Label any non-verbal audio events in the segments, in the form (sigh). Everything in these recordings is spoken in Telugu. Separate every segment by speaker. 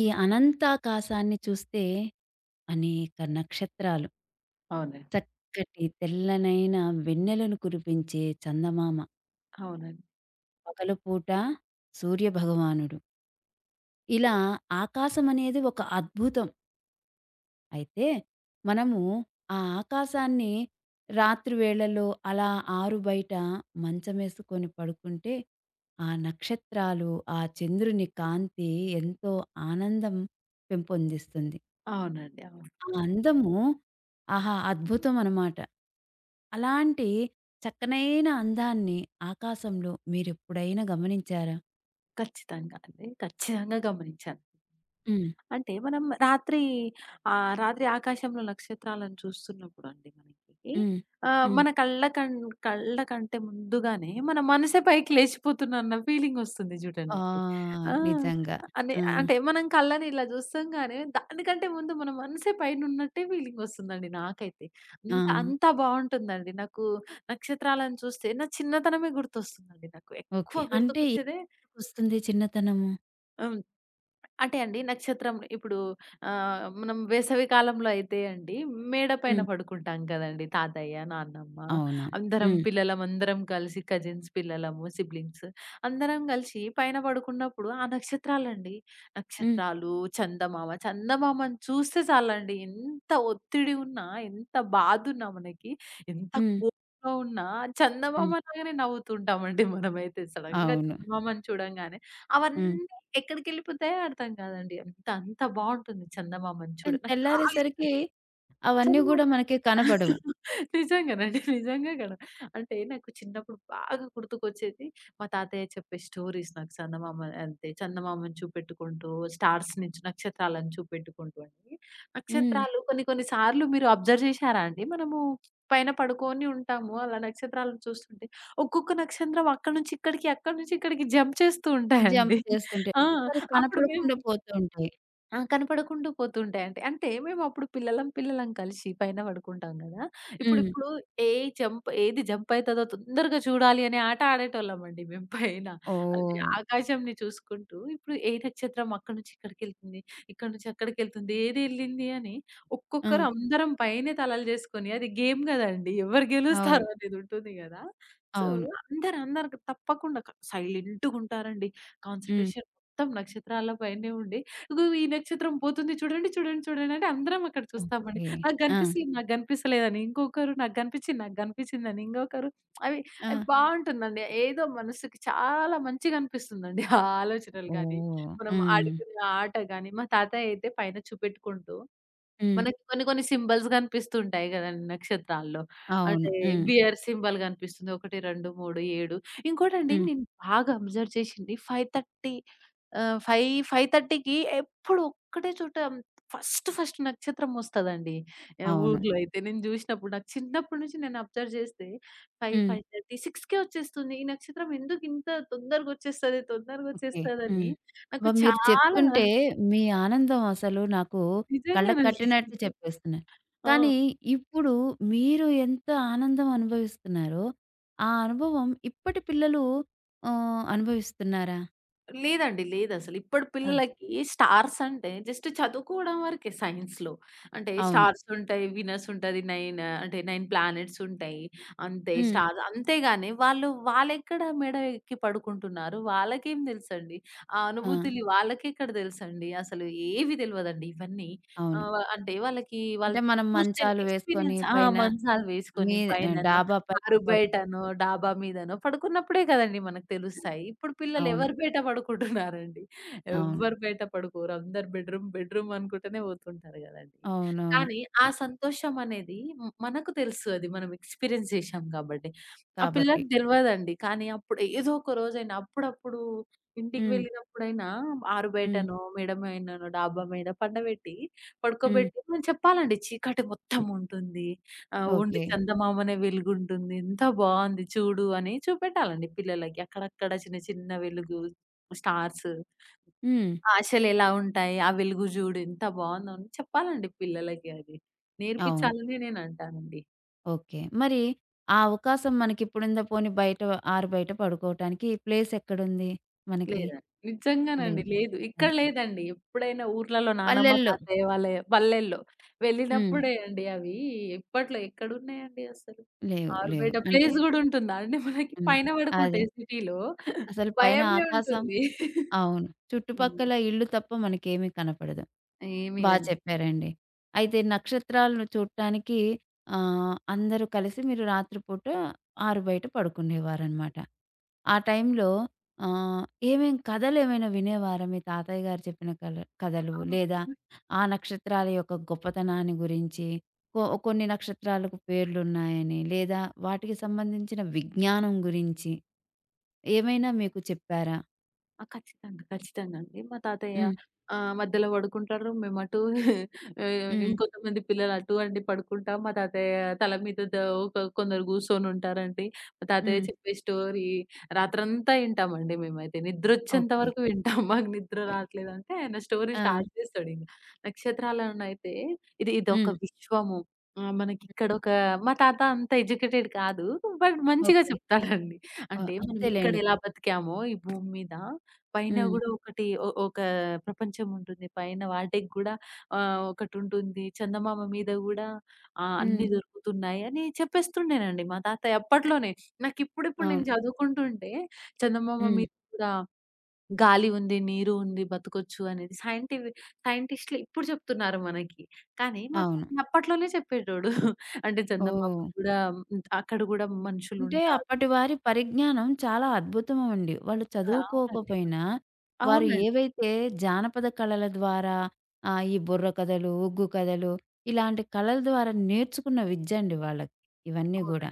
Speaker 1: ఈ అనంతాకాశాన్ని చూస్తే అనేక నక్షత్రాలు,
Speaker 2: అవునండి.
Speaker 1: చక్కటి తెల్లనైన వెన్నెలను కురిపించే చందమామ,
Speaker 2: అవునండి.
Speaker 1: పగలుపూట సూర్యభగవానుడు. ఇలా ఆకాశమనేది ఒక అద్భుతం. అయితే మనము ఆ ఆకాశాన్ని రాత్రి వేళల్లో అలా ఆరు బయట మంచమేసుకొని పడుకుంటే, ఆ నక్షత్రాలు, ఆ చంద్రుని కాంతి ఎంతో ఆనందం పెంపొందిస్తుంది.
Speaker 2: అవునండి. అవును.
Speaker 1: ఆ అందము ఆహా! అద్భుతం అనమాట. అలాంటి చక్కనైన అందాన్ని ఆకాశంలో మీరెప్పుడైనా గమనించారా?
Speaker 2: ఖచ్చితంగా అండి. ఖచ్చితంగా గమనించాను.
Speaker 1: హ్మ్.
Speaker 2: అంటే మనం రాత్రి రాత్రి ఆకాశంలో నక్షత్రాలను చూస్తున్నప్పుడు అండి మనకి
Speaker 1: హ్మ్. హ్మ్.
Speaker 2: మన కళ్ళ కన్ కళ్ళ కంటే ముందుగానే మన మనసే పైకి లేచిపోతున్నన్న ఫీలింగ్ వస్తుంది
Speaker 1: ఆ!
Speaker 2: చూడండండి. ఆ!
Speaker 1: నిజంగా.
Speaker 2: అని
Speaker 1: ఆ!
Speaker 2: అంటే మనం కళ్ళని ఇలా చూస్తంగానే దానికంటే ముందు మన మనసే పైనున్నట్టే ఫీలింగ్ వస్తుందండి నాకైతే.
Speaker 1: ఆ!
Speaker 2: అంత అంత బావుంటుందండి. నాకు నక్షత్రాలను చూస్తే నా చిన్నతనమే గుర్తొస్తుందండి నాకు.
Speaker 1: ఓకే.
Speaker 2: ఎక్కువ
Speaker 1: అంటే ఏం
Speaker 2: గుర్తుకొచ్చేదే
Speaker 1: గుర్తుకొస్తుంది చిన్నతనము?
Speaker 2: హ్మ్. అంటే అండి నక్షత్రం ఇప్పుడు మనం వేసవి కాలంలో అయితే అండి మేడ పైన
Speaker 1: హ్మ్.
Speaker 2: పడుకుంటాం కదండీ! తాతయ్య, నాన్నమ్మ
Speaker 1: అవును.
Speaker 2: అందరం
Speaker 1: హ్మ్.
Speaker 2: పిల్లలం అందరం కలిసి కజిన్స్ పిల్లలము, సిబ్లింగ్స్ అందరం కలిసి పైన పడుకున్నప్పుడు ఆ నక్షత్రాలండి.
Speaker 1: హ్మ్.
Speaker 2: నక్షత్రాలు, చందమామ, చందమామను చూస్తే చాలండి ఎంత ఒత్తిడి ఉన్నా, ఎంత బాధున్నా మనకి, ఎంత
Speaker 1: హ్మ్.
Speaker 2: కోపంలో ఉన్నా చందమామ
Speaker 1: హ్మ్.
Speaker 2: లాగానే నవ్వుతుంటామండి మనమైతే. సడెన్‌గా
Speaker 1: అవును.
Speaker 2: చందమామను చూడంగానే
Speaker 1: హ్మ్.
Speaker 2: అవన్నీ ఎక్కడికెళ్ళిపోతాయో అర్థం కాదండి. అంత, అంత బావుంటుంది చందమామని చూడ
Speaker 1: కానీ
Speaker 2: నాకు చాలా ఇష్టం.
Speaker 1: తెల్లారేసరికి అవన్నీ గూడా
Speaker 2: చదివుండదు.
Speaker 1: మనకి కనపడవు.
Speaker 2: నిజంగానండి. (laughs) నిజంగా గదా! అంటే నాకు చిన్నప్పుడు బాగా గుర్తుకొచ్చేది మా తాతయ్య చెప్పే స్టోరీస్ నాకు చందమామ అంతే చందమామను చూపెట్టుకుంటూ, స్టార్స్‌ని నక్షత్రాలను చూపెట్టుకుంటూ అండి.
Speaker 1: హ్మ్.
Speaker 2: నక్షత్రాలు కొన్ని కొన్ని సార్లు మీరు అబ్జర్వ్ చేశారా అండి? మనము పైన పడుకొని ఉంటాము. అలా నక్షత్రాలను చూస్తుంటే ఒక్కొక్క నక్షత్రం అక్కడి నుంచి ఇక్కడికి, అక్కడి నుంచి ఇక్కడికి జంప్ చేస్తూ
Speaker 1: జంప్
Speaker 2: ఉంటాయండి.
Speaker 1: చేస్తుంటాయి.
Speaker 2: ఆ!
Speaker 1: ఒకసారి
Speaker 2: అప్పుడు మేము
Speaker 1: కనపడకుండా పోతూ ఉంటాయి.
Speaker 2: ఆ! కనపడకుండా పోతుంటాయండి. అంటే మేమప్పుడు పిల్లలం కలిసి పైన పడుకుంటాం గదా!
Speaker 1: హ్మ్.
Speaker 2: ఇప్పుడిప్పుడు ఏ ఏది జంప్ అయితదో తొందరగా చూడాలి అనే ఆట ఆడేటోళ్ళమండి మేము పైన. అంటే
Speaker 1: ఓహ్!
Speaker 2: ఆకాశంని చూసుకుంటూ ఇప్పుడు ఏ నక్షత్రం అక్కడి నుంచి ఇక్కడికెళ్తుంది, ఇక్కడి నుంచి అక్కడికెళ్తుంది, ఏదెళ్ళింది అని
Speaker 1: ఆ!
Speaker 2: ఒక్కొక్కరు అందరం పైనే తలలు జేసుకొని అది గేమ్ గదండీ. ఎవరు
Speaker 1: అవును.
Speaker 2: గెలుస్తారో అనేదుంటుంది గదా! సో,
Speaker 1: అవును.
Speaker 2: అందరు అందరు తప్పకుండా సైలెంట్‌గుంటారండి.
Speaker 1: హ్మ్.
Speaker 2: కాన్సంట్రేషన్ మొత్తం నక్షత్రాల పైనే ఉండి ఇగో ఈ నక్షత్రం పోతుంది చూడండి, చూడండి, చూడండి అంటే అందరం అక్కడ చూస్తామండి.
Speaker 1: ఓకే.
Speaker 2: నాకు
Speaker 1: ఆ!
Speaker 2: కనిపిస్తుంది, నాకు కనిపిస్తలేదని ఇంకొకరు, నాకు కనిపించింది, నాకు కనిపించిందని ఇంకొకరు. అవి
Speaker 1: ఆ!
Speaker 2: అవి బావుంటుందండి. ఏదో మనసుకి చాలా మంచిగా అనిపిస్తుందండి ఆ ఆలోచనలు గానీ,
Speaker 1: ఓహ్!
Speaker 2: మనం
Speaker 1: హ్మ్.
Speaker 2: ఆడుకునే ఆ ఆట గానీ, మా తాతయ్య అయితే పైన చూపెట్టుకుంటూ
Speaker 1: హ్మ్.
Speaker 2: మనకి కొన్ని కొన్ని సింబల్స్ కనిపిస్తుంటాయి గదండీ నక్షత్రాల్లో.
Speaker 1: అవును.
Speaker 2: అంటే
Speaker 1: హ్మ్.
Speaker 2: బియర్ సింబల్ కనిపిస్తుంది. 1, 2, 3, 7 ఇంకోటండి
Speaker 1: హ్మ్.
Speaker 2: నేను బాగా అబ్జర్వ్ చేసింది 5:30 5, 5:30కి ఎప్పుడు ఒక్కటే చోట ఫస్ట్ ఫస్ట్ నక్షత్రం వస్తదండి.
Speaker 1: అవును.
Speaker 2: ఊర్లో అయితే నేను జూసినప్పుడు నాకు చిన్నప్పటి నుంచి నేను అబ్జర్వ్ జేస్తే 5,
Speaker 1: హ్మ్.
Speaker 2: 5:30, 6కే వచ్చేస్తుంది. ఈ నక్షత్రం ఎందుకు ఇంత తొందరగొచ్చేస్తది,
Speaker 1: ఓకే.
Speaker 2: తొందరగొచ్చేస్తదని
Speaker 1: హ్మ్. అబ్బా!
Speaker 2: నాకు
Speaker 1: మీరు
Speaker 2: చాలా
Speaker 1: చెప్తుంటే మీ ఆనందం అసలు నాకు కళ్ళకి
Speaker 2: నిజంగానండి.
Speaker 1: కట్టినట్టు చెప్పేస్తున్నారు.
Speaker 2: ఆ!
Speaker 1: కానీ ఇప్పుడు మీరు ఎంత ఆనందం అనుభవిస్తున్నారో, ఆ అనుభవం ఇప్పటి పిల్లలు అనుభవిస్తున్నారా?
Speaker 2: లేదండి. లేదసలు. ఇప్పటి
Speaker 1: ఆ!
Speaker 2: పిల్లలకి స్టార్స్ అంటే జస్ట్ చదువుకోవడం వరకే సైన్స్‌లో. అంటే
Speaker 1: అవును.
Speaker 2: స్టార్సుంటాయి, వినస్ ఉంటది, నైన్ అంటే 9 ప్లానెట్స్ ఉంటాయి. అంతే
Speaker 1: హ్మ్.
Speaker 2: స్టార్ అంతేగాని వాళ్ళెక్కడ మెడ ఎక్కి పడుకుంటున్నారు. వాళ్ళకేం తెలుసండి? ఆ
Speaker 1: ఆ!
Speaker 2: అనుభూతులు వాళ్ళకెక్కడ తెలుసండి? అసలు ఏవి తెలవదండి ఇవన్నీ.
Speaker 1: అవును.
Speaker 2: అంటే వాళ్ళకి
Speaker 1: అంటే మనం
Speaker 2: చూస్తే
Speaker 1: మంచాలు వేసుకొని
Speaker 2: ఎక్స్‌పీరియన్స్ ఆ!
Speaker 1: పైన
Speaker 2: మంచాలు వేసుకొని
Speaker 1: మీ
Speaker 2: పైననో
Speaker 1: డాబా పైన
Speaker 2: కారు బయటనో,
Speaker 1: పడుకోవడం.
Speaker 2: డాబా మీదనో పడుకున్నప్పుడే కదండీ మనకు తెలుస్తాయి. ఇప్పుడు పిల్లలు
Speaker 1: అవును.
Speaker 2: ఎవరి బయట పడుకుంటున్నారండి?
Speaker 1: అవును.
Speaker 2: ఎవ్వరు బయట పడుకోరు. అందరు బెడ్‌రూమ్ అనుకుంటూనే పోతుంటారు గదండీ.
Speaker 1: అవునవును.
Speaker 2: కానీ ఆ
Speaker 1: క
Speaker 2: సంతోషం అనేది మనకు తెలుసు అది మనం ఎక్స్‌పీరియన్స్ చేశాం కాబట్టి. ఆ
Speaker 1: కాబట్టి.
Speaker 2: పిల్లకి తెలవదండి. కానీ అప్పుడు ఏదో ఒక రోజైనా అప్పుడప్పుడు ఇంటికి
Speaker 1: హ్మ్.
Speaker 2: వెళ్ళినప్పుడైనా ఆరు
Speaker 1: హ్మ్.
Speaker 2: బయటనో, మేడ మీదనో, డాబా మీద పండబెట్టి,
Speaker 1: హ్మ్.
Speaker 2: పడుకోబెట్టి మనం చెప్పాలండి చీకటి మొత్తం ఉంటుంది. ఆ! Only
Speaker 1: okay.
Speaker 2: చందమామనే వెలుగుంటుంది. ఎంత బావుంది చూడు అని చూపెట్టాలండి పిల్లలకి. అక్కడక్కడ చిన్న చిన్న వెలుగు, స్టార్స్,
Speaker 1: హ్మ్.
Speaker 2: ఆశలెలా ఉంటాయి, ఆ వెలుగు జూడు ఎంత బావుందో అని చెప్పాలండి పిల్లలకి అది.
Speaker 1: అవును.
Speaker 2: నేర్పించాలని నేనంటానండి.
Speaker 1: ఓకే. మరి ఆ అవకాశం మనకిప్పుడుందా? పోనీ బయట ఆరు బయట పడుకోవటానికి ప్లేసెక్కడుంది మనకి?
Speaker 2: లేదండి.
Speaker 1: లేదు.
Speaker 2: నిజంగానండి. లేదు. ఇక్కడ
Speaker 1: లేదు.
Speaker 2: లేదండి. ఎప్పుడైనా ఊర్లలో నానమ్మ,
Speaker 1: పల్లెల్లో
Speaker 2: తాతయ్య వాళ్ళ పల్లెల్లో
Speaker 1: హ్మ్.
Speaker 2: వెళ్ళినప్పుడే అండి అవి. ఇప్పట్లో ఎక్కడున్నాయండి అసలు?
Speaker 1: లేవు. లేవు.
Speaker 2: ఆరుబయట
Speaker 1: అంటే
Speaker 2: ప్లేస్ గూడా ఉంటుందా అండి మనకి?
Speaker 1: ఉన్నాయి.
Speaker 2: పైన పడుకుంటే
Speaker 1: అదే.
Speaker 2: సిటీలో
Speaker 1: అసలు పైన
Speaker 2: భయమే
Speaker 1: ఆకాశం
Speaker 2: ఉంటుంది.
Speaker 1: అవును.
Speaker 2: హ్మ్.
Speaker 1: చుట్టుపక్కల ఇల్లు తప్ప మనకేమీ కనపడదు.
Speaker 2: ఏమి
Speaker 1: బా
Speaker 2: గని
Speaker 1: చెప్పారండి. అయితే నక్షత్రాలను చూడటానికి అందరూ కలిసి మీరు రాత్రి పూట ఆరు బయట పడుకునేవారనమాట. ఆ టైంలో ఆహ్, ఏమేం కథలేమైనా వినేవారా? మీ తాతయ్య గారు చెప్పిన కథలు లేదా
Speaker 2: ఆ!
Speaker 1: ఆ నక్షత్రాల యొక్క గొప్పతనాన్ని గురించి కొన్ని నక్షత్రాలకు పేర్లున్నాయని లేదా వాటికి సంబంధించిన విజ్ఞానం గురించి ఏమైనా మీకు చెప్పారా?
Speaker 2: ఆ! ఖచ్చితంగా. ఖచ్చితంగా అండి. మా తాతయ్య
Speaker 1: హ్మ్.
Speaker 2: మధ్యలో పడుకుంటారు. మేమటు (laughs)
Speaker 1: హ్మ్.
Speaker 2: ఇంకొంతమంది పిల్లలు అటు అండి పడుకుంటాం. మా తాతయ్య తల మీద ఒక కొందరు కూర్చొని ఉంటారండి. మా తాతయ్య
Speaker 1: హ్మ్.
Speaker 2: చెప్పే స్టోరీ రాత్రంతా వింటామండి మేమైతే. నిద్రొచ్చేంత
Speaker 1: ఓకే.
Speaker 2: వరకు వింటాం. మాకు నిద్ర
Speaker 1: ఓకే.
Speaker 2: రాట్లేదంటే ఆయన స్టోరీ
Speaker 1: ఆ!
Speaker 2: స్టార్ట్ చేస్తాడింక. నక్షత్రాలనైతే
Speaker 1: హ్మ్.
Speaker 2: ఇదొక విశ్వము. మనకిక్కడొక మా తాత అంత ఎడ్యుకేటెడ్ కాదు. బట్ మంచిగా
Speaker 1: ఓకే.
Speaker 2: చెప్తాడండి.
Speaker 1: ఆ!
Speaker 2: అంటే మనం ఇక్కడ
Speaker 1: అంతేలెండి.
Speaker 2: ఎలా బతికామో ఈ భూమి మీద పైన
Speaker 1: హ్మ్.
Speaker 2: గూడా ఒకటి ఒ ఒక ప్రపంచం ఉంటుంది. పైన వాటికి గూడా ఒకటుంటుంది. చందమామ మీద గూడా
Speaker 1: హ్మ్.
Speaker 2: అన్నీ దొరుకుతున్నాయి అని చెప్పేస్తుండేనండి మా తాతయ్య అప్పట్లోనే. నాకిప్పుడిప్పుడు నేను
Speaker 1: అవును.
Speaker 2: చదువుకుంటుంటే చందమామ
Speaker 1: హ్మ్.
Speaker 2: మీద కూడా గాలి ఉంది, నీరు ఉంది, బతకొచ్చు అనేది సైంటిస్ట్‌లు ఇప్పుడు చెప్తున్నారు మనకి. కానీ మా
Speaker 1: అవును.
Speaker 2: తాతయ్య అప్పట్లోనే చెప్పేటోడు. అంటే చందమామ
Speaker 1: ఓహ్!
Speaker 2: గూడా అక్కడ గూడా
Speaker 1: అంటే
Speaker 2: మనుషులుంటారు.
Speaker 1: అప్పటి వారి పరిజ్ఞానం చాలా అద్భుతమండి. వాళ్ళు
Speaker 2: ఆ! అవునండి.
Speaker 1: చదువుకోకపోయినా, వారు
Speaker 2: అవునండి.
Speaker 1: ఏవైతే జానపద కళల ద్వారా ఈ బుర్ర కథలు, ఒగ్గు కథలు ఇలాంటి కళల ద్వారా నేర్చుకున్న విద్య అండి వాళ్ళకి. ఇవన్నీ
Speaker 2: అవునండి.
Speaker 1: గూడా.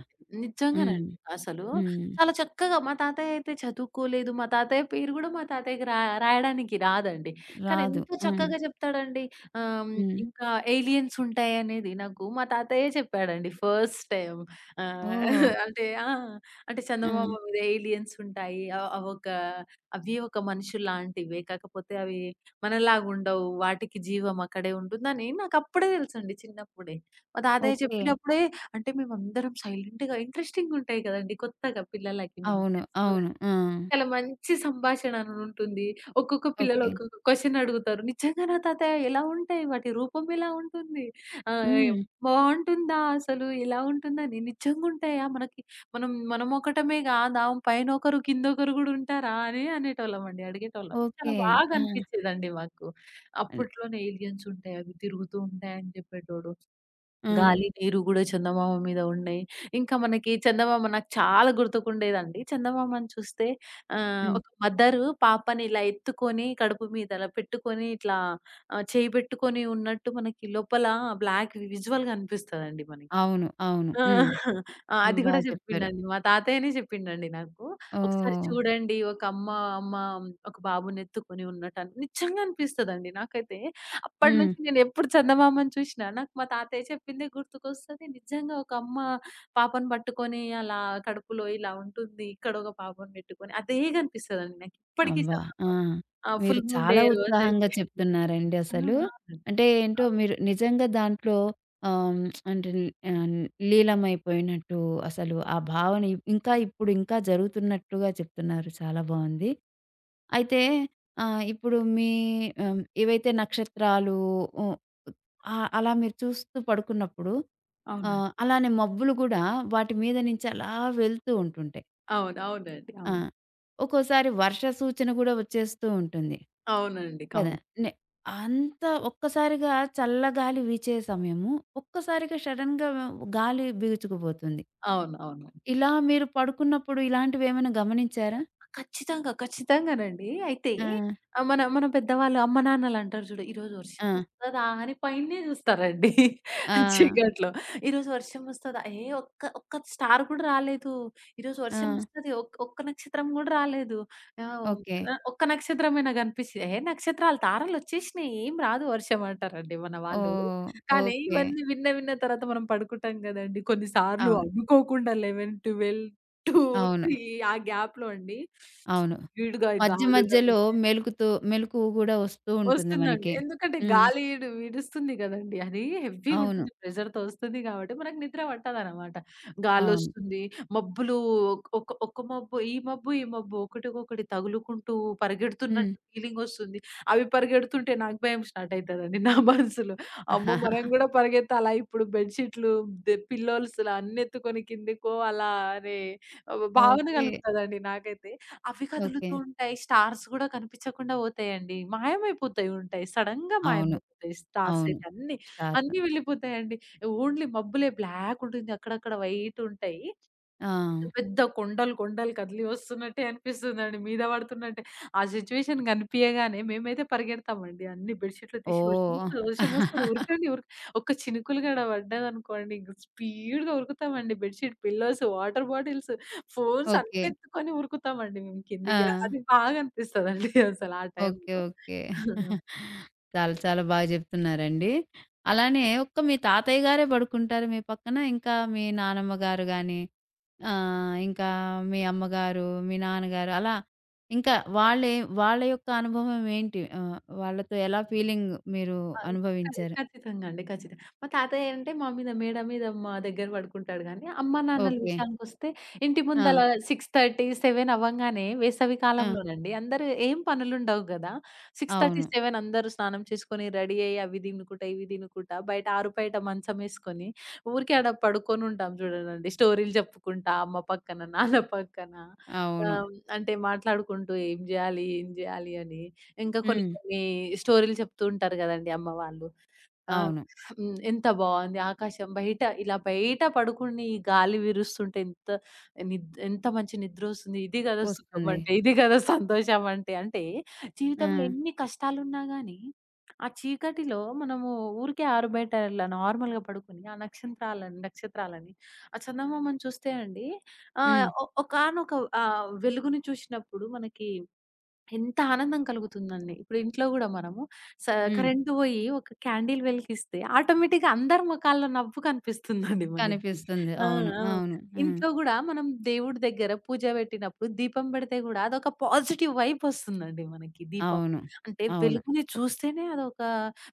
Speaker 1: హ్మ్.
Speaker 2: నిజంగానండి. అసలు
Speaker 1: హ్మ్.
Speaker 2: చాలా చక్కగా మా తాతయ్య అయితే చదువుకోలేదు. మా తాతయ్య పేరు గూడా మా తాతయ్యకి రాయడానికి రాదండి. కానీ
Speaker 1: రాదు.
Speaker 2: ఎంత
Speaker 1: హ్మ్.
Speaker 2: చక్కగా చెప్తాడండి. ఆహ్,
Speaker 1: హ్మ్.
Speaker 2: ఇంకా ఏలియన్స్ ఉంటాయనేది నాకు మా తాతయ్యే చెప్పాడండి ఫస్ట్ టైమ్. ఆహ్,
Speaker 1: ఓహ్!
Speaker 2: (laughs) అంటే ఆ! అంటే
Speaker 1: ఆ!
Speaker 2: చందమామ మీద ఏలియన్స్ ఉంటాయి. అవొక అవి ఒక మనుషుల్లాంటివే. కాకపోతే అవి మనలాగుండవు. వాటికి జీవం అక్కడే ఉంటుందని నాకప్పుడే తెలుసండి చిన్నప్పుడే. మా తాతయ్య
Speaker 1: ఓకే.
Speaker 2: చెప్పినప్పుడే అంటే మేమందరం సైలెంట్‌గా ఇంట్రెస్టింగుంటాయి గదండీ కొత్తగా పిల్లలకి మనం
Speaker 1: అవును. అవును.
Speaker 2: తెలుసుకోవడానికి.
Speaker 1: ఆ!
Speaker 2: చాలా మంచి సంభాషణ అనుంటుంది. ఒక్కొక్క పిల్లలు
Speaker 1: ఓకే.
Speaker 2: ఒక్కొక్క క్వెషన్ అడుగుతారు. "నిజంగానా తాతయ్య ఎలా ఉంటాయి? వాటి రూపం ఎలా ఉంటుంది? ఆహ్,
Speaker 1: హ్మ్.
Speaker 2: బావుంటుందా అసలు? ఎలా ఉంటుందని? నిజంగుంటాయా? మనకి మనమొకటమే గాదా? పైనొకరు, కిందొకరు గూడా ఉంటారా?" అని అనేటోళ్ళమండి. అడిగేటోళ్ళం.
Speaker 1: ఓకే.
Speaker 2: చాలా బాగా
Speaker 1: ఆ!
Speaker 2: అనిపిచ్చేదండి మాకు.
Speaker 1: హ్మ్.
Speaker 2: అప్పట్లోనే "ఏలియన్స్ ఉంటాయి. అవి తిరుగుతూ ఉంటాయి" అని జెప్పేటోడు.
Speaker 1: ఆ!
Speaker 2: గాలి, నీరు గూడా చందమామ మీద ఉన్నాయి. ఇంకా మనకి చందమామ నాకు చాలా గుర్తుకుండేదండి. చందమామను చూస్తే
Speaker 1: హ్మ్.
Speaker 2: ఒక మదరు పాపని ఇలా ఎత్తుకొని కడుపు మీద అలా పెట్టుకొని ఇట్లా చేయి పెట్టుకొని ఉన్నట్టు మనకి లోపల బ్లాక్ విజువల్ గనిపిస్తదండి మనకి.
Speaker 1: అవును. అవును.
Speaker 2: ఆ!
Speaker 1: హ్మ్.
Speaker 2: ఆ!
Speaker 1: హ్మ్.
Speaker 2: అది
Speaker 1: బా
Speaker 2: గూడా
Speaker 1: చెప్పారు.
Speaker 2: జెప్పిండండి. మా తాతయ్యనే జెప్పిండండి నాకు. "ఒకసారి
Speaker 1: ఓహ్!
Speaker 2: చూడండి ఒక అమ్మ, అమ్మ ఒక బాబునెత్తుకొని ఉన్నట్టు" అని నిజంగా అనిపిస్తదండి నాకైతే. అప్పటి
Speaker 1: హ్మ్.
Speaker 2: నుంచి నేనెప్పుడు చందమామను చూసినా నాకు మా తాతయ్య చెప్పిందే గుర్తుకొస్తది. నిజంగా ఒక అమ్మ పాపను పట్టుకొని అలా కడుపులో ఇలా ఉంటుంది. ఇక్కడ ఒక పాపను పెట్టుకొని అదే గనిపిస్తదండి నాకు ఇప్పటికి
Speaker 1: అబ్బా! ఆ!
Speaker 2: చందమామ. ఆ!
Speaker 1: మీరు
Speaker 2: ఫుల్ మూన్ డే
Speaker 1: చాలా ఉత్సాహంగా
Speaker 2: రోజైతే
Speaker 1: చెప్తున్నారండి
Speaker 2: ఆ! ఆ!
Speaker 1: అసలు.
Speaker 2: అవునండి.
Speaker 1: అంటే ఏంటో మీరు నిజంగా దాంట్లో ఆహ్, అంటే ఆహ్, లీలమైపోయినట్టు అసలు ఆ భావన ఇంకా ఇప్పుడు ఇంకా జరుగుతున్నట్టుగా చెప్తున్నారు. చాలా బావుంది. అయితే ఇప్పుడు మీ ఏవైతే నక్షత్రాలు ఉ అలా మీరు చూస్తూ పడుకున్నప్పుడు
Speaker 2: అవును.
Speaker 1: అలానే మబ్బులు గూడా వాటి మీద నుంచి అలా వెళ్తూ ఉంటుంటాయి.
Speaker 2: అవును. అవునండి.
Speaker 1: ఆ!
Speaker 2: అవును.
Speaker 1: ఒక్కోసారి వర్ష సూచన కూడా వచ్చేస్తూ ఉంటుంది.
Speaker 2: అవునండి.
Speaker 1: కదా!
Speaker 2: అవును.
Speaker 1: నె అంతా ఒక్కసారిగా చల్లగాలి వీచే సమయము, ఒక్కసారిగా సడెన్‌గా గాలి బీగుచుకుపోతుంది.
Speaker 2: అవును. అవును.
Speaker 1: ఇలా మీరు పడుకున్నప్పుడు ఇలాంటివేమైనా గమనించారా?
Speaker 2: ఖచ్చితంగా. ఖచ్చితంగానండి. అయితే
Speaker 1: ఆ!
Speaker 2: మన మన పెద్దవాళ్ళు అమ్మ నాన్నలంటారు చూడు, "ఈరోజు వర్షం
Speaker 1: ఆ!
Speaker 2: వస్తదా" అని పైనే చూస్తారండి
Speaker 1: ఆ!
Speaker 2: (laughs) చీకట్లో. "ఈరోజు వర్షం వస్తదా? ఒక్క ఒక్క స్టార్ కూడా రాలేదు. ఈరోజు
Speaker 1: ఆ!
Speaker 2: వర్షం వస్తది. ఒక్క నక్షత్రం కూడా రాలేదు. ఆహ్,
Speaker 1: ఓకే.
Speaker 2: ఒక్క నక్షత్రమైనా కనిపిచ్చింది." "ఏ నక్షత్రాలు తారలొచ్చేసినాయి. ఏం రాదు వర్షం" అంటారండి మన వాళ్ళు.
Speaker 1: ఓహ్!
Speaker 2: కానీ
Speaker 1: ఓకే.
Speaker 2: ఇవన్నీ విన్న విన్న తర్వాత మనం పడుకుంటాం కదండీ. కొన్ని సార్లు
Speaker 1: అవును.
Speaker 2: అనుకోకుండా 11, 12 2,
Speaker 1: అవును.
Speaker 2: 3 ఆ గ్యాప్‌లో అండి.
Speaker 1: అవును.
Speaker 2: స్పీడ్‌గా ఈ
Speaker 1: మధ్య
Speaker 2: గాలులని,
Speaker 1: మధ్యలో మెలుకుతూ మెలకువ గూడా వస్తూ ఉంటుంది
Speaker 2: వస్తుందండి.
Speaker 1: మనకి.
Speaker 2: ఎందుకంటే
Speaker 1: హ్మ్.
Speaker 2: గాలి ఈడుస్తుంది గదండీ! అది
Speaker 1: అవును.
Speaker 2: హెవీగుంటుంది. ప్రెషర్‌తో వస్తుంది గాబట్టి మనకు నిద్ర పట్టదనమాట.
Speaker 1: అవును.
Speaker 2: గాలొస్తుంది, మబ్బులు ఒక్ ఒక ఒక మబ్బు, ఈ మబ్బు, ఈ మబ్బు ఒకటికొకటి తగులుకుంటూ
Speaker 1: హ్మ్.
Speaker 2: పరిగెడుతున్నట్టు ఫీలింగొస్తుంది. అవి పరిగెడుతుంటే నాకు భయం స్టార్ట్ అయితదండి నా మనసులో. అమ్మో! మనం
Speaker 1: (laughs)
Speaker 2: గూడా పరిగెత్తాలా ఇప్పుడు బెడ్ షీట్లు, పిల్లోస్‌లా అన్నెత్తుకొని కిందకో అలా అనే భావన
Speaker 1: ఓకే.
Speaker 2: గలుగుతదండి నాకైతే. అవి
Speaker 1: ఓకే.
Speaker 2: కదులుతూ ఉంటాయి. స్టార్స్ గూడా కనిపించకుండా పోతాయండి. మాయమైపోతాయి ఉంటాయి. సడెన్‌గా
Speaker 1: అవును.
Speaker 2: మాయమైపోతాయి స్టార్స్
Speaker 1: అవును.
Speaker 2: అయితే అన్నీ.
Speaker 1: స్టార్స్.
Speaker 2: అన్నీ వెళ్ళిపోతాయండి. ఓన్లీ మబ్బులే బ్లాక్ ఉంటుంది. అక్కడక్కడ వైట్ ఉంటాయి.
Speaker 1: ఆ!
Speaker 2: పెద్ద పెద్ద కొండలు కొండలు కదిలి వస్తున్నట్టే అనిపిస్తుందండి. మీద పడుతున్నట్టే. ఆ సిట్యుయేషన్ కనిపియగానే మేమైతే పరిగెడతామండి. అన్ని బెడ్‌షీట్లు తీసి
Speaker 1: ఓహ్!
Speaker 2: వర్షమొస్తది, వర్షమొస్తది ఉరకండి ఉరక ఒక్క చినుకులు గూడ పడ్డదనుకోండి ఇంక స్పీడ్‌గా ఉరుకుతామండి. Bedsheet, pillows, water bottles, phones
Speaker 1: okay.
Speaker 2: అన్నీ ఎత్తుకొని ఉరుకుతామండి మేము
Speaker 1: ఆ!
Speaker 2: కిందికి. అది బాగా అనిపిస్తదండి (laughs) అసలు ఆ
Speaker 1: ఓకే.
Speaker 2: టైంలో.
Speaker 1: ఓకే. చాలా చాలా బాగా చెప్తున్నారండి. అలానే ఒక్క మీ తాతయ్య గారే పడుకుంటారు మీ పక్కన? ఇంకా మీ నానమ్మ గారు గాని, ఇంకా మీ అమ్మగారు, మీ నాన్నగారు అలా ఇంకా వాళ్ళే వాళ్ళ యొక్క అనుభవం ఏంటి? వాళ్ళతో ఎలా ఫీలింగ్ మీరు
Speaker 2: ఆ! ఖ
Speaker 1: అనుభవించారు?
Speaker 2: ఖచ్చితంగా అండి. ఖచ్చితంగా. మా తాతయ్య అంటే మా మీద మేడ మీద మా దగ్గర పడుకుంటాడు గానీ, అమ్మ నాన్నల
Speaker 1: ఓకే.
Speaker 2: విషయానికొస్తే ఇంటి
Speaker 1: ఆ!
Speaker 2: ముందల 6:30, 7 అవ్వంగానే వేసవి
Speaker 1: ఆ!
Speaker 2: కాలంలోనండి అందరూ ఏం పనులుండవు గదా!
Speaker 1: అవును.
Speaker 2: 6:30, 7 అందరూ స్నానం చేసుకొని రెడీ అయ్యి అవి తినుకుంటా, ఇవి తినుకుంటా బయట ఆరు బయట మంచమేసుకొని ఊరికే ఆడ పడుకొనుంటాం చూడండండి. స్టోరీలు చెప్పుకుంటా అమ్మ పక్కన, నాన్న పక్కన
Speaker 1: అవును.
Speaker 2: అంటే మాట్లాడుకుంటూ ఏం జేయాలి? ఏం జేయాలి? అని. ఇంకా కొన్ని
Speaker 1: హ్మ్.
Speaker 2: కొన్ని స్టోరీలు చెప్తూ ఉంటారు గదండీ అమ్మ వాళ్ళు. ఆహ్,
Speaker 1: అవును.
Speaker 2: ఎంత బావుంది ఆకాశం బయట ఇలా బయట పడుకుని ఈ గాలి వీరుస్తుంటే ఎంత ఎంత మంచి నిద్రొస్తుంది. ఇది గదా సుఖం
Speaker 1: వస్తుంది.
Speaker 2: అంటే, ఇది గదా సంతోషం అంటే. అంటే
Speaker 1: ఆ!
Speaker 2: జీవితంలో ఎన్ని కష్టాలున్నా గానీ, ఆ చీకటిలో మనము ఊరికే ఆరు బయట ఇలా నార్మల్‌గా పడుకొని ఆ నక్షత్రాలని, నక్షత్రాలని, ఆ చందమామను చూస్తే అండి
Speaker 1: హ్మ్.
Speaker 2: ఒకానొక వెలుగుని చూసినప్పుడు మనకి ఎంత ఆనందం కలుగుతుందండి. ఇప్పుడు ఇంట్లో గూడా మనము హ్మ్.
Speaker 1: హ్మ్.
Speaker 2: కరెంట్ బోయి ఒక క్యాండిల్ వెలిగిస్తే ఆటోమేటిక్‌గా అందరి మొఖాల్లో నవ్వు కనిపిస్తుందండి మనకి.
Speaker 1: కనిపిస్తుంది.
Speaker 2: ఆ!
Speaker 1: అవును.
Speaker 2: ఆ!
Speaker 1: అవును. హ్మ్.
Speaker 2: ఇంట్లో గూడా మనం దేవుడి దగ్గర పూజ పెట్టినప్పుడు దీపం పెడితే గూడా అదొక పాజిటివ్ వైబ్ వస్తుందండి మనకి దీపం.
Speaker 1: అవును.
Speaker 2: అంటే
Speaker 1: అవును.
Speaker 2: వెలుగుని చూస్తేనే అదొక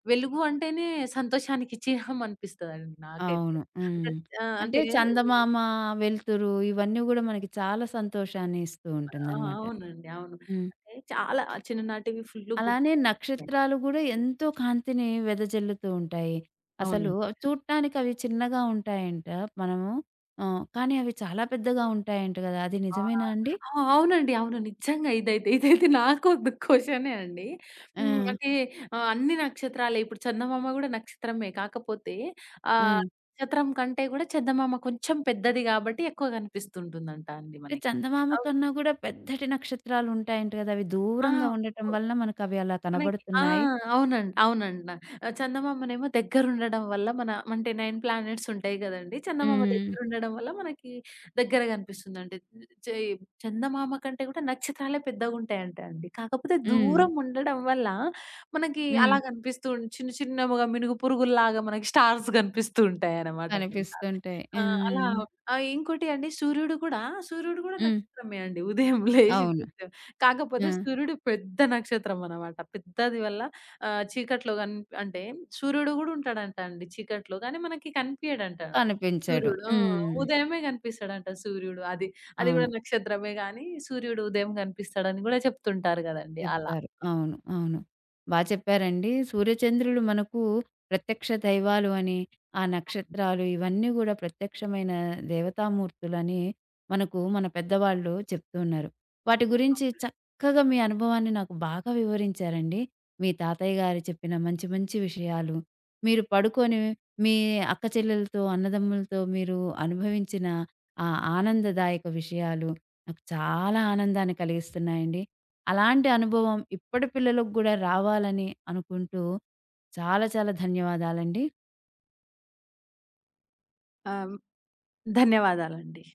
Speaker 2: వెలుగు అంటేనే సంతోషానికి చిహ్నం అనిపిస్తదండి నాకైతే.
Speaker 1: అవును.
Speaker 2: అంటే
Speaker 1: హ్మ్.
Speaker 2: ఆ!
Speaker 1: అంటే
Speaker 2: అంటే
Speaker 1: చందమామ, వెలుతురు ఇవన్నీ గూడా మనకి చాలా సంతోషాన్ని ఇస్తూ
Speaker 2: ఆ!
Speaker 1: ఉంటుందనమాట.
Speaker 2: అవునండి. అవును.
Speaker 1: హ్మ్.
Speaker 2: అంటే చాలా చిన్ననాటివి ఫుల్లు
Speaker 1: అలానే
Speaker 2: గుర్తొస్తున్నాయి.
Speaker 1: నక్షత్రాలు గూడా ఎంతో కాంతిని వెదజల్లుతూ ఉంటాయి. అసలు
Speaker 2: అవునండి.
Speaker 1: చూడటానికి అవి చిన్నగా ఉంటాయంట మనము కానీ అవి చాలా పెద్దగా ఉంటాయంట గదా! అది
Speaker 2: ఆ!
Speaker 1: నిజమేనా అండి?
Speaker 2: ఆ! అవునండి. అవును. నిజంగా ఇదైతే నాకు ఒక క్వెషనే అండి.
Speaker 1: ఆ!
Speaker 2: హ్మ్. అంటే అన్ని నక్షత్రాలే ఇప్పుడు చందమామ గూడా నక్షత్రమే. కాకపోతే
Speaker 1: ఆ!
Speaker 2: నక్షత్రం కంటే గూడా చందమామ కొంచెం పెద్దది గాబట్టి ఎక్కువ గనిపిస్తుంటుందంట అండి
Speaker 1: అంటే
Speaker 2: మనకి.
Speaker 1: చందమామ
Speaker 2: అవు
Speaker 1: కన్నా గూడా పెద్దటి నక్షత్రాలుంటాయంట గదా! అవి దూరంగా
Speaker 2: ఆ!
Speaker 1: ఉండటం వలన మనకవి అలా
Speaker 2: మనకి ఆ!
Speaker 1: కనబడుతున్నాయి.
Speaker 2: అవునండి. అవునండి. చందమామనేమో దగ్గరుండడం వల్ల మన అంటే 9 ప్లానెట్స్ ఉంటాయి గదండీ! చందమామ
Speaker 1: హ్మ్.
Speaker 2: దగ్గరుండడం వల్ల మనకి దగ్గర గనిపిస్తుందండి. చే చందమామ కంటే గూడా నక్షత్రాలే పెద్దగుంటాయంట అండి. కాకపోతే
Speaker 1: హ్మ్.
Speaker 2: దూరం ఉండడం వల్ల మనకి
Speaker 1: హ్మ్.
Speaker 2: అలా గనిపిస్తూ చిన్న చిన్నగా మినుగు పురుగుల్లాగా మనకి స్టార్స్ గనిపిస్తూ ఉంటాయన్నమాట కొన్నిసార్లు.
Speaker 1: కనిపిస్తుంటాయి.
Speaker 2: ఆ! అలా
Speaker 1: హ్మ్.
Speaker 2: ఇంకోటి అండి సూర్యుడు గూడా సూర్యుడు గూడా
Speaker 1: హ్మ్.
Speaker 2: నక్షత్రమే అండి. ఉదయం లేచి
Speaker 1: అవును.
Speaker 2: చూస్తే
Speaker 1: ఆ!
Speaker 2: కాకపోతే సూర్యుడు పెద్ద నక్షత్రం అన్నమాట. పెద్దది వల్ల చీకట్లో గన్ అంటే సూర్యుడు గూడా ఉంటాడంట అండి చీకట్లో. కానీ మనకి కనిపియడంట.
Speaker 1: కనిపించడు.
Speaker 2: సూర్యుడు. ఆ!
Speaker 1: హ్మ్.
Speaker 2: ఉదయమే గనిపిస్తాడంట సూర్యుడు. అది. అది
Speaker 1: అవును.
Speaker 2: గూడా నక్షత్రమే గానీ సూర్యుడు ఉదయం గనిపిస్తాడని గూడా చెప్తుంటారు గదండీ! అలా.
Speaker 1: చెప్తారు. అవును. అవును. బా చెప్పారండి. సూర్యచంద్రులు మనకు ప్రత్యక్ష దైవాలు అని, ఆ నక్షత్రాలు ఇవన్నీ గూడా ప్రత్యక్షమైన దేవతామూర్తులని మనకు మన పెద్దవాళ్ళు చెప్తున్నారు. వాటి గురించి చక్కగా మీ అనుభవాన్ని నాకు బాగా వివరించారండి. మీ తాతయ్య గారు చెప్పిన మంచి మంచి విషయాలు, మీరు పడుకొని మీ అక్క చెల్లెలతో, అన్నదమ్ములతో మీరు అనుభవించిన ఆ ఆనందదాయక విషయాలు నాకు చాలా ఆనందాన్ని కలిగిస్తున్నాయండి. అలాంటి అనుభవం ఇప్పటి పిల్లలకు గూడా రావాలని అనుకుంటూ చాలా చాలా ధన్యవాదాలండి.
Speaker 2: ఆ! ధన్యవాదాలండి.